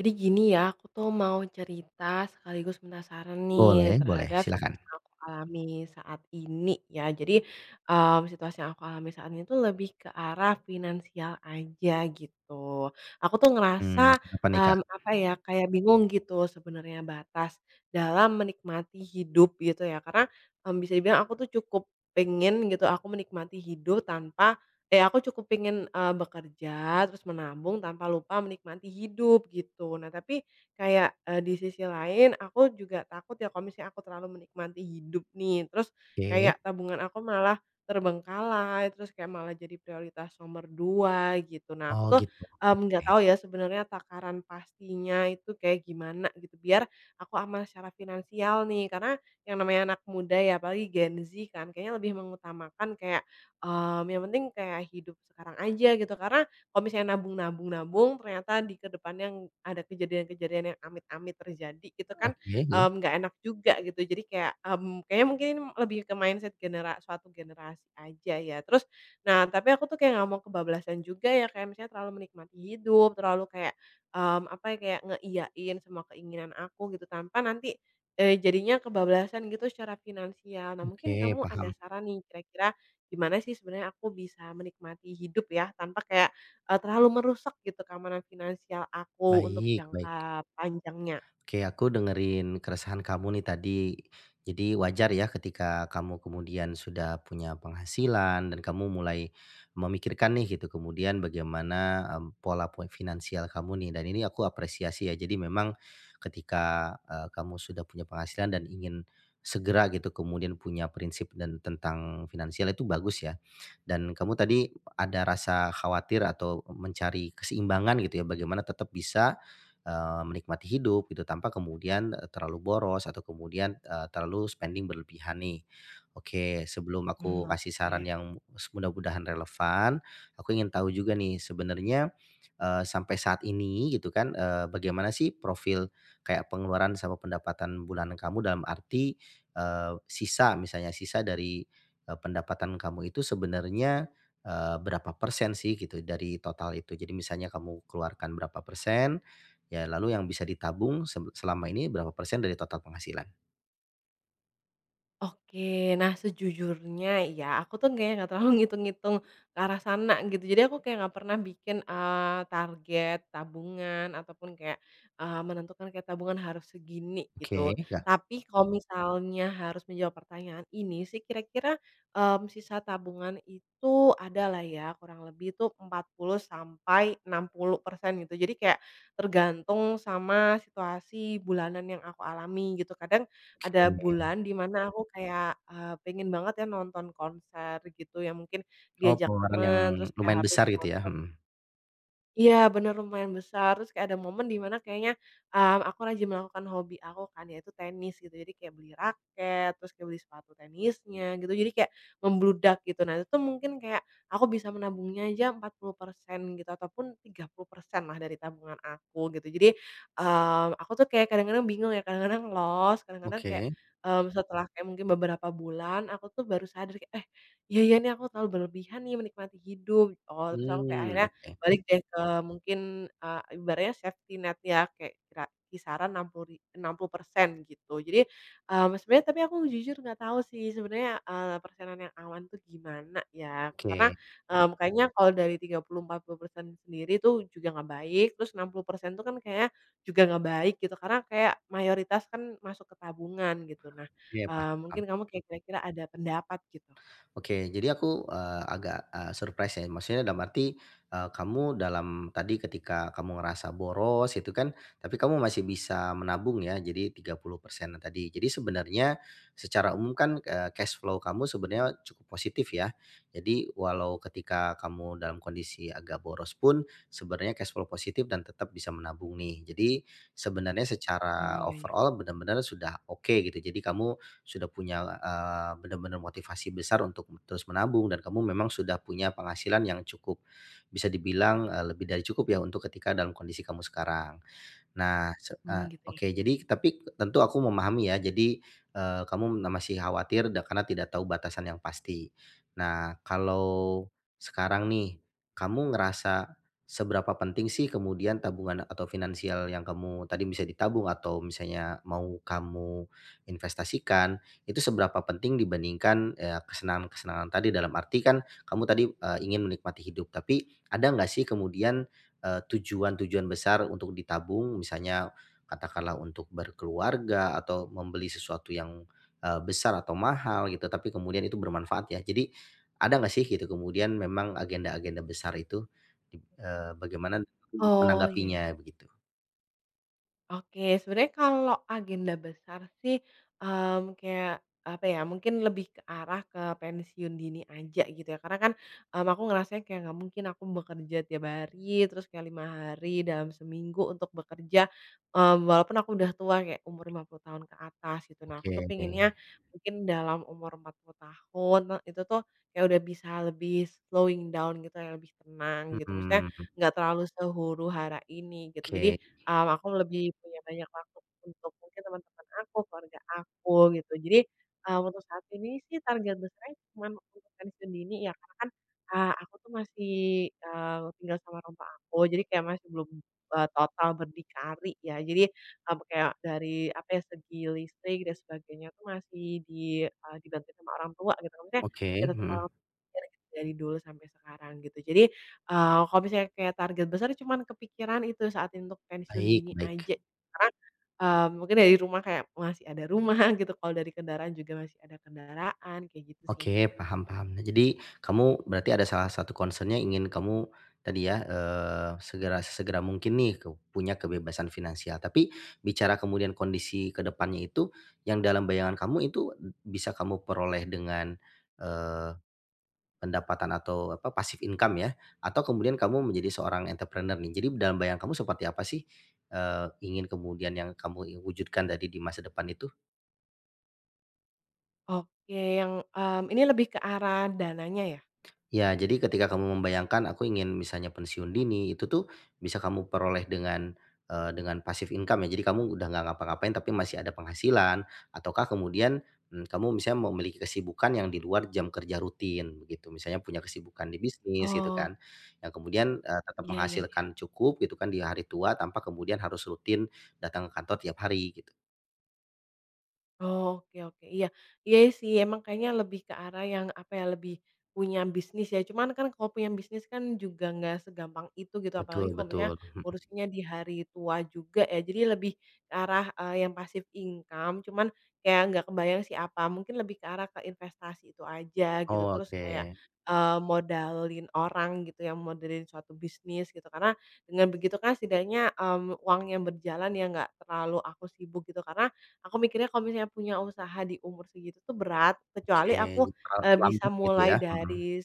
Jadi gini ya, aku tuh mau cerita sekaligus minta saran Boleh nih boleh, terhadap silakan. situasi yang aku alami saat ini ya. Jadi, situasi yang aku alami saat ini tuh lebih ke arah finansial aja gitu. Aku tuh ngerasa, Kenapa nih, Kak? Apa ya, kayak bingung gitu sebenarnya batas dalam menikmati hidup gitu ya. Karena, bisa dibilang aku tuh cukup pengen gitu aku menikmati hidup tanpa eh aku cukup pengen, bekerja, terus menabung tanpa lupa menikmati hidup gitu. Nah tapi kayak, di sisi lain aku juga takut ya kalau misalnya aku terlalu menikmati hidup nih, terus Oke. kayak tabungan aku malah terbengkalai, terus kayak malah jadi prioritas nomor 2 gitu. Nah aku Oh tuh, gitu. Nggak tahu ya sebenarnya takaran pastinya itu kayak gimana gitu, biar aku aman secara finansial nih. Karena yang namanya anak muda ya apalagi Gen Z kan kayaknya lebih mengutamakan kayak, yang penting kayak hidup sekarang aja gitu, karena kalau misalnya nabung-nabung-nabung ternyata di kedepannya ada kejadian-kejadian yang amit-amit terjadi gitu kan, Oke, iya. Nggak enak juga gitu. Jadi kayak, kayaknya mungkin ini lebih ke mindset suatu generasi aja ya. Terus nah tapi aku tuh kayak nggak mau kebablasan juga ya, kayak misalnya terlalu menikmati hidup, terlalu kayak, apa ya, kayak ngeiyain semua keinginan aku gitu tanpa nanti, jadinya kebablasan gitu secara finansial. Nah mungkin Oke, kamu ada paham. saran nih kira-kira gimana sih sebenarnya aku bisa menikmati hidup ya, tanpa kayak, terlalu merusak gitu keamanan finansial aku untuk Baik baik. jangka panjangnya. Oke, aku dengerin keresahan kamu nih tadi. Jadi wajar ya ketika kamu kemudian sudah punya penghasilan dan kamu mulai memikirkan nih gitu kemudian bagaimana pola finansial kamu nih dan ini aku apresiasi ya. Jadi memang ketika kamu sudah punya penghasilan dan ingin segera gitu kemudian punya prinsip dan tentang finansial itu bagus ya. Dan kamu tadi ada rasa khawatir atau mencari keseimbangan gitu ya bagaimana tetap bisa menikmati hidup gitu tanpa kemudian, terlalu boros atau kemudian, terlalu spending berlebihan nih. Oke, sebelum Mmm, aku kasih saran oke. yang mudah-mudahan relevan, aku ingin tahu juga nih sebenarnya, sampai saat ini gitu kan, bagaimana sih profil kayak pengeluaran sama pendapatan bulanan kamu dalam arti, sisa misalnya sisa dari, pendapatan kamu itu sebenarnya, berapa persen sih gitu dari total itu? Jadi misalnya kamu keluarkan berapa persen, ya lalu yang bisa ditabung selama ini berapa persen dari total penghasilan? Oke, nah sejujurnya ya aku tuh kayak nggak terlalu ngitung-ngitung ke arah sana gitu. Jadi aku kayak nggak pernah bikin, target tabungan ataupun kayak, menentukan kayak tabungan harus segini Oke gitu. Tapi kalau misalnya harus menjawab pertanyaan ini sih kira-kira, sisa tabungan itu adalah ya kurang lebih tuh 40 sampai 60% gitu. Jadi kayak tergantung sama situasi bulanan yang aku alami gitu. Kadang ada oke. bulan di mana aku kayak, pengen banget ya nonton konser gitu, yang mungkin Oh diajak pengeluaran yang temen, terus kayak lumayan harus besar gitu ya? nonton. Mhm. Iya bener lumayan besar, terus kayak ada momen di mana kayaknya, aku rajin melakukan hobi aku kan yaitu tenis gitu, jadi kayak beli raket, terus kayak beli sepatu tenisnya gitu, jadi kayak membludak gitu. Nah itu tuh mungkin kayak aku bisa menabungnya aja 40% gitu ataupun 30% lah dari tabungan aku gitu. Jadi, aku tuh kayak kadang-kadang bingung ya, kadang-kadang lost, kadang-kadang kayak, Oke. Setelah kayak mungkin beberapa bulan aku tuh baru sadar kayak, "Eh, iya ya nih aku terlalu berlebihan nih menikmati hidup." Oh terus aku kayak Hmm. akhirnya Oke balik deh ke mungkin, ibaratnya safety net ya, kayak kira kisaran 60% gitu. Jadi, sebenarnya tapi aku jujur nggak tahu sih sebenarnya, persenan yang aman tuh gimana ya. Karena, oke. Kayaknya kalau dari 30, 40% sendiri tuh juga nggak baik, terus 60% tuh kan kayaknya juga nggak baik gitu, karena kayak mayoritas kan masuk ke tabungan gitu. Nah, Oke. Paham paham. mungkin kamu kayak kira-kira ada pendapat gitu? Oke, jadi aku, agak, surprise ya, maksudnya dalam arti, kamu dalam tadi ketika kamu ngerasa boros itu kan, tapi kamu masih bisa menabung ya, jadi 30% tadi. Jadi sebenarnya secara umum kan, cash flow kamu sebenarnya cukup positif ya. Jadi walau ketika kamu dalam kondisi agak boros pun, sebenarnya cash flow positif dan tetap bisa menabung nih. Jadi sebenarnya Mmm, secara iya iya. overall benar-benar sudah oke gitu. Jadi kamu sudah punya, benar-benar motivasi besar untuk terus menabung dan kamu memang sudah punya penghasilan yang cukup bisa dibilang, lebih dari cukup ya untuk ketika dalam kondisi kamu sekarang. Nah, Mmm, gitu ya. oke jadi tapi tentu aku memahami ya jadi, kamu masih khawatir karena tidak tahu batasan yang pasti. Nah kalau sekarang nih, kamu ngerasa seberapa penting sih kemudian tabungan atau finansial yang kamu tadi bisa ditabung atau misalnya mau kamu investasikan, itu seberapa penting dibandingkan, kesenangan-kesenangan tadi? Dalam arti kan kamu tadi, ingin menikmati hidup tapi ada nggak sih kemudian tujuan-tujuan besar untuk ditabung, misalnya katakanlah untuk berkeluarga atau membeli sesuatu yang, besar atau mahal gitu, tapi kemudian itu bermanfaat ya. Jadi ada nggak sih gitu kemudian memang agenda-agenda besar itu, bagaimana Oh, iya ya. menanggapinya begitu? Oke, sebenarnya kalau agenda besar sih, kayak apa ya, mungkin lebih ke arah ke pensiun dini aja gitu ya. Karena kan, aku ngerasanya kayak nggak mungkin aku bekerja tiap hari, terus kayak 5 hari dalam seminggu untuk bekerja, walaupun aku udah tua kayak umur 50 tahun ke atas gitu. Nah, aku Oke. tuh pengennya mungkin dalam umur 40 tahun, nah itu tuh kayak udah bisa lebih slowing down gitu ya, lebih tenang gitu. Maksudnya Hmm. nggak terlalu sehuru-hara ini gitu. Jadi, Oke aku lebih punya banyak waktu untuk mungkin teman-teman aku, keluarga aku, gitu. Jadi, untuk saat ini sih target besarnya cuma untuk pensiun dini ya, karena kan, aku tuh masih, tinggal sama rumah aku, jadi kayak masih belum, total berdikari ya. Jadi, kayak dari, apa ya, segi listrik dan sebagainya tuh masih dibantuin sama orang tua gitu, maksudnya oke, ya tetap mhm, orang tua dari dari dulu sampai sekarang gitu. Jadi, kalau misalnya kayak target besar cuman kepikiran itu saat ini untuk pensiun baik dini baik. aja. Karena, mungkin dari rumah kayak masih ada rumah gitu, kalau dari kendaraan juga masih ada kendaraan, kayak gitu sih. Oke, paham paham. Nah, jadi kamu berarti ada salah satu concernnya ingin kamu tadi ya, segera sesegera mungkin nih ke punya kebebasan finansial. Tapi bicara kemudian kondisi kedepannya itu, yang dalam bayangan kamu itu bisa kamu peroleh dengan, eee, pendapatan atau apa, pasif income ya? Atau kemudian kamu menjadi seorang entrepreneur nih. Jadi dalam bayangan kamu seperti apa sih, ingin kemudian yang kamu wujudkan tadi di masa depan itu? Oke, yang, ini lebih ke arah dananya ya? Ya, jadi ketika kamu membayangkan aku ingin misalnya pensiun dini, itu tuh bisa kamu peroleh dengan, dengan passive income ya. Jadi kamu udah nggak ngapa-ngapain tapi masih ada penghasilan, ataukah kemudian, kamu misalnya memiliki kesibukan yang di luar jam kerja rutin begitu. Misalnya punya kesibukan di bisnis gitu Oh, kan, yang kemudian, tetap iya iya. menghasilkan cukup gitu kan di hari tua tanpa kemudian harus rutin datang ke kantor tiap hari gitu. Oh, oke oke, iya. Iya sih, emang kayaknya lebih ke arah yang, apa ya, lebih punya bisnis ya. Cuman kan kalau punya bisnis kan juga nggak segampang itu gitu, apalagi Betul kalau misalnya betul, mhm. urusannya di hari tua juga ya. Jadi lebih ke arah, yang pasif income, cuman kayak nggak kebayang sih apa, mungkin lebih ke arah ke investasi itu aja gitu. Oh Terus oke, kayak, modalin orang gitu yang modalin suatu bisnis gitu. Karena dengan begitu kan setidaknya, uangnya berjalan ya, nggak terlalu aku sibuk gitu. Karena aku mikirnya kalau misalnya punya usaha di umur segitu tuh berat, oke, kecuali aku, bisa terlambat gitu mulai ya? Mhm. dari.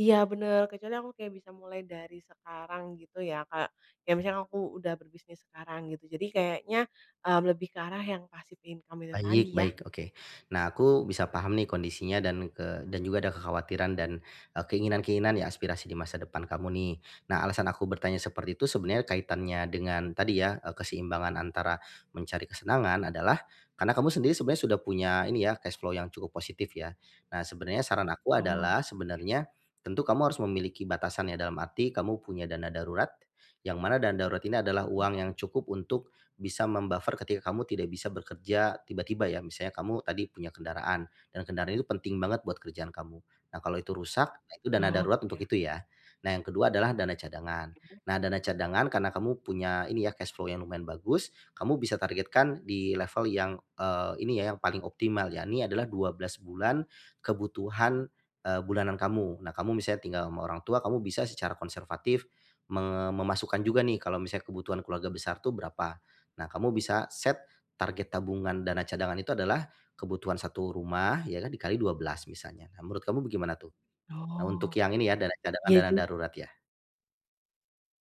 Iya bener, kecuali aku kayak bisa mulai dari sekarang gitu ya, kayak, ya, misalnya aku udah berbisnis sekarang gitu. Jadi kayaknya, lebih ke arah yang passive income itu tadi Baik ya. baik, oke. Nah, aku bisa paham nih kondisinya dan juga ada kekhawatiran dan, keinginan-keinginan ya aspirasi di masa depan kamu nih. Nah, alasan aku bertanya seperti itu sebenarnya kaitannya dengan tadi ya, keseimbangan antara mencari kesenangan adalah karena kamu sendiri sebenarnya sudah punya ini ya, cash flow yang cukup positif ya. Nah, sebenarnya saran aku Oh, adalah oke. sebenarnya tentu kamu harus memiliki batasan ya, dalam arti kamu punya dana darurat, yang mana dana darurat ini adalah uang yang cukup untuk bisa membuffer ketika kamu tidak bisa bekerja tiba-tiba ya, misalnya kamu tadi punya kendaraan dan kendaraan itu penting banget buat kerjaan kamu. Nah, kalau itu rusak, nah itu dana Oh, darurat gitu untuk ya. itu ya. Nah, yang kedua adalah dana cadangan. Nah, dana cadangan karena kamu punya ini ya cash flow yang lumayan bagus, kamu bisa targetkan di level yang ini ya yang paling optimal ya. Ini adalah 12 bulan kebutuhan bulanan kamu. Nah, kamu misalnya tinggal sama orang tua, kamu bisa secara konservatif memasukkan juga nih kalau misalnya kebutuhan keluarga besar tuh berapa. Nah, kamu bisa set target tabungan dana cadangan itu adalah kebutuhan satu rumah ya kan dikali 12 misalnya. Nah, menurut kamu bagaimana tuh? Nah, untuk Oh. yang ini ya dana cadangan, Iya dana ju darurat ya.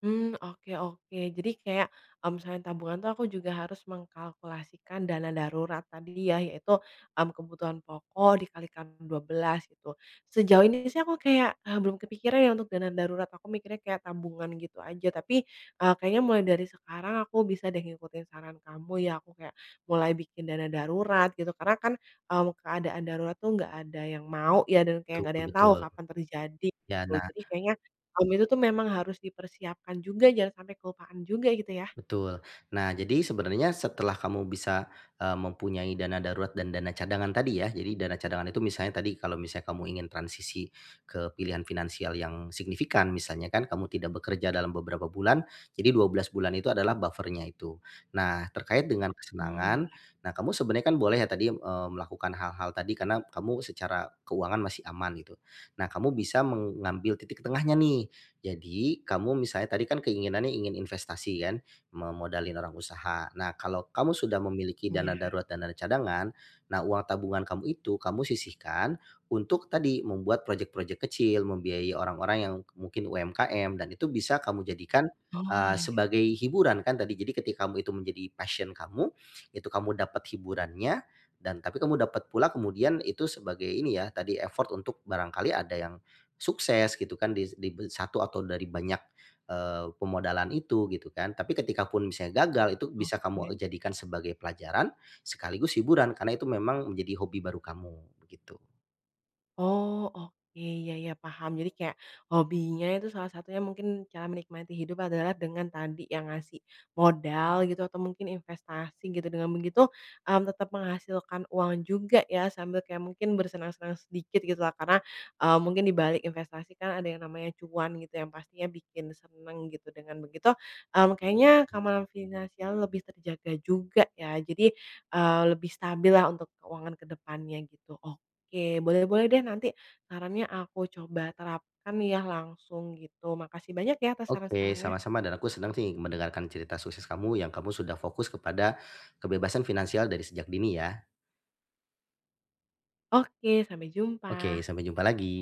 Hmm, oke oke. Jadi kayak, misalnya tabungan tuh aku juga harus mengkalkulasikan dana darurat tadi ya, yaitu, kebutuhan pokok dikalikan 12 gitu. Sejauh ini sih aku kayak, belum kepikiran ya untuk dana darurat, aku mikirnya kayak tabungan gitu aja. Tapi, kayaknya mulai dari sekarang aku bisa deh ngikutin saran kamu ya, aku kayak mulai bikin dana darurat gitu. Karena kan, keadaan darurat tuh nggak ada yang mau ya dan kayak Betul nggak ada yang tahu betul. kapan terjadi Ya, gitu. nah. Jadi kayaknya Om itu tuh memang harus dipersiapkan juga, jangan sampai kelupaan juga gitu ya. Betul. Nah, jadi sebenarnya setelah kamu bisa, mempunyai dana darurat dan dana cadangan tadi ya, jadi dana cadangan itu misalnya tadi kalau misalnya kamu ingin transisi ke pilihan finansial yang signifikan misalnya kan kamu tidak bekerja dalam beberapa bulan, jadi 12 bulan itu adalah buffernya itu. Nah, terkait dengan Mmm, kesenangan, nah kamu sebenarnya kan boleh ya tadi, melakukan hal-hal tadi karena kamu secara keuangan masih aman gitu. Nah, kamu bisa mengambil titik tengahnya nih. Jadi kamu misalnya tadi kan keinginannya ingin investasi kan? Memodalin orang usaha. Nah, kalau kamu sudah memiliki dana iya. darurat dan dana cadangan, nah uang tabungan kamu itu kamu sisihkan untuk tadi membuat proyek-proyek kecil, membiayai orang-orang yang mungkin UMKM dan itu bisa kamu jadikan Oh, ya ya, sebagai hiburan kan tadi. Jadi ketika kamu itu menjadi passion kamu, itu kamu dapat hiburannya dan tapi kamu dapat pula kemudian itu sebagai ini ya, tadi effort untuk barangkali ada yang sukses gitu kan di satu atau dari banyak pemodalan itu gitu kan. Tapi ketika pun misalnya gagal itu bisa kamu oke. jadikan sebagai pelajaran sekaligus hiburan karena itu memang menjadi hobi baru kamu, begitu. Oh, oke, ya ya paham. Jadi kayak hobinya itu salah satunya mungkin cara menikmati hidup adalah dengan tadi yang ngasih modal gitu atau mungkin investasi gitu. Dengan begitu, tetap menghasilkan uang juga ya sambil kayak mungkin bersenang-senang sedikit gitu lah karena, mungkin di balik investasi kan ada yang namanya cuan gitu yang pastinya bikin seneng gitu. Dengan begitu, kayaknya keamanan finansial lebih terjaga juga ya. Jadi, lebih stabil lah untuk keuangan kedepannya gitu. Oke, boleh-boleh deh nanti sarannya aku coba terapkan ya langsung gitu. Makasih banyak ya atas Oke, saran-sarannya. sama-sama dan aku senang sih mendengarkan cerita sukses kamu yang kamu sudah fokus kepada kebebasan finansial dari sejak dini ya. Oke, sampai jumpa. Oke, sampai jumpa lagi.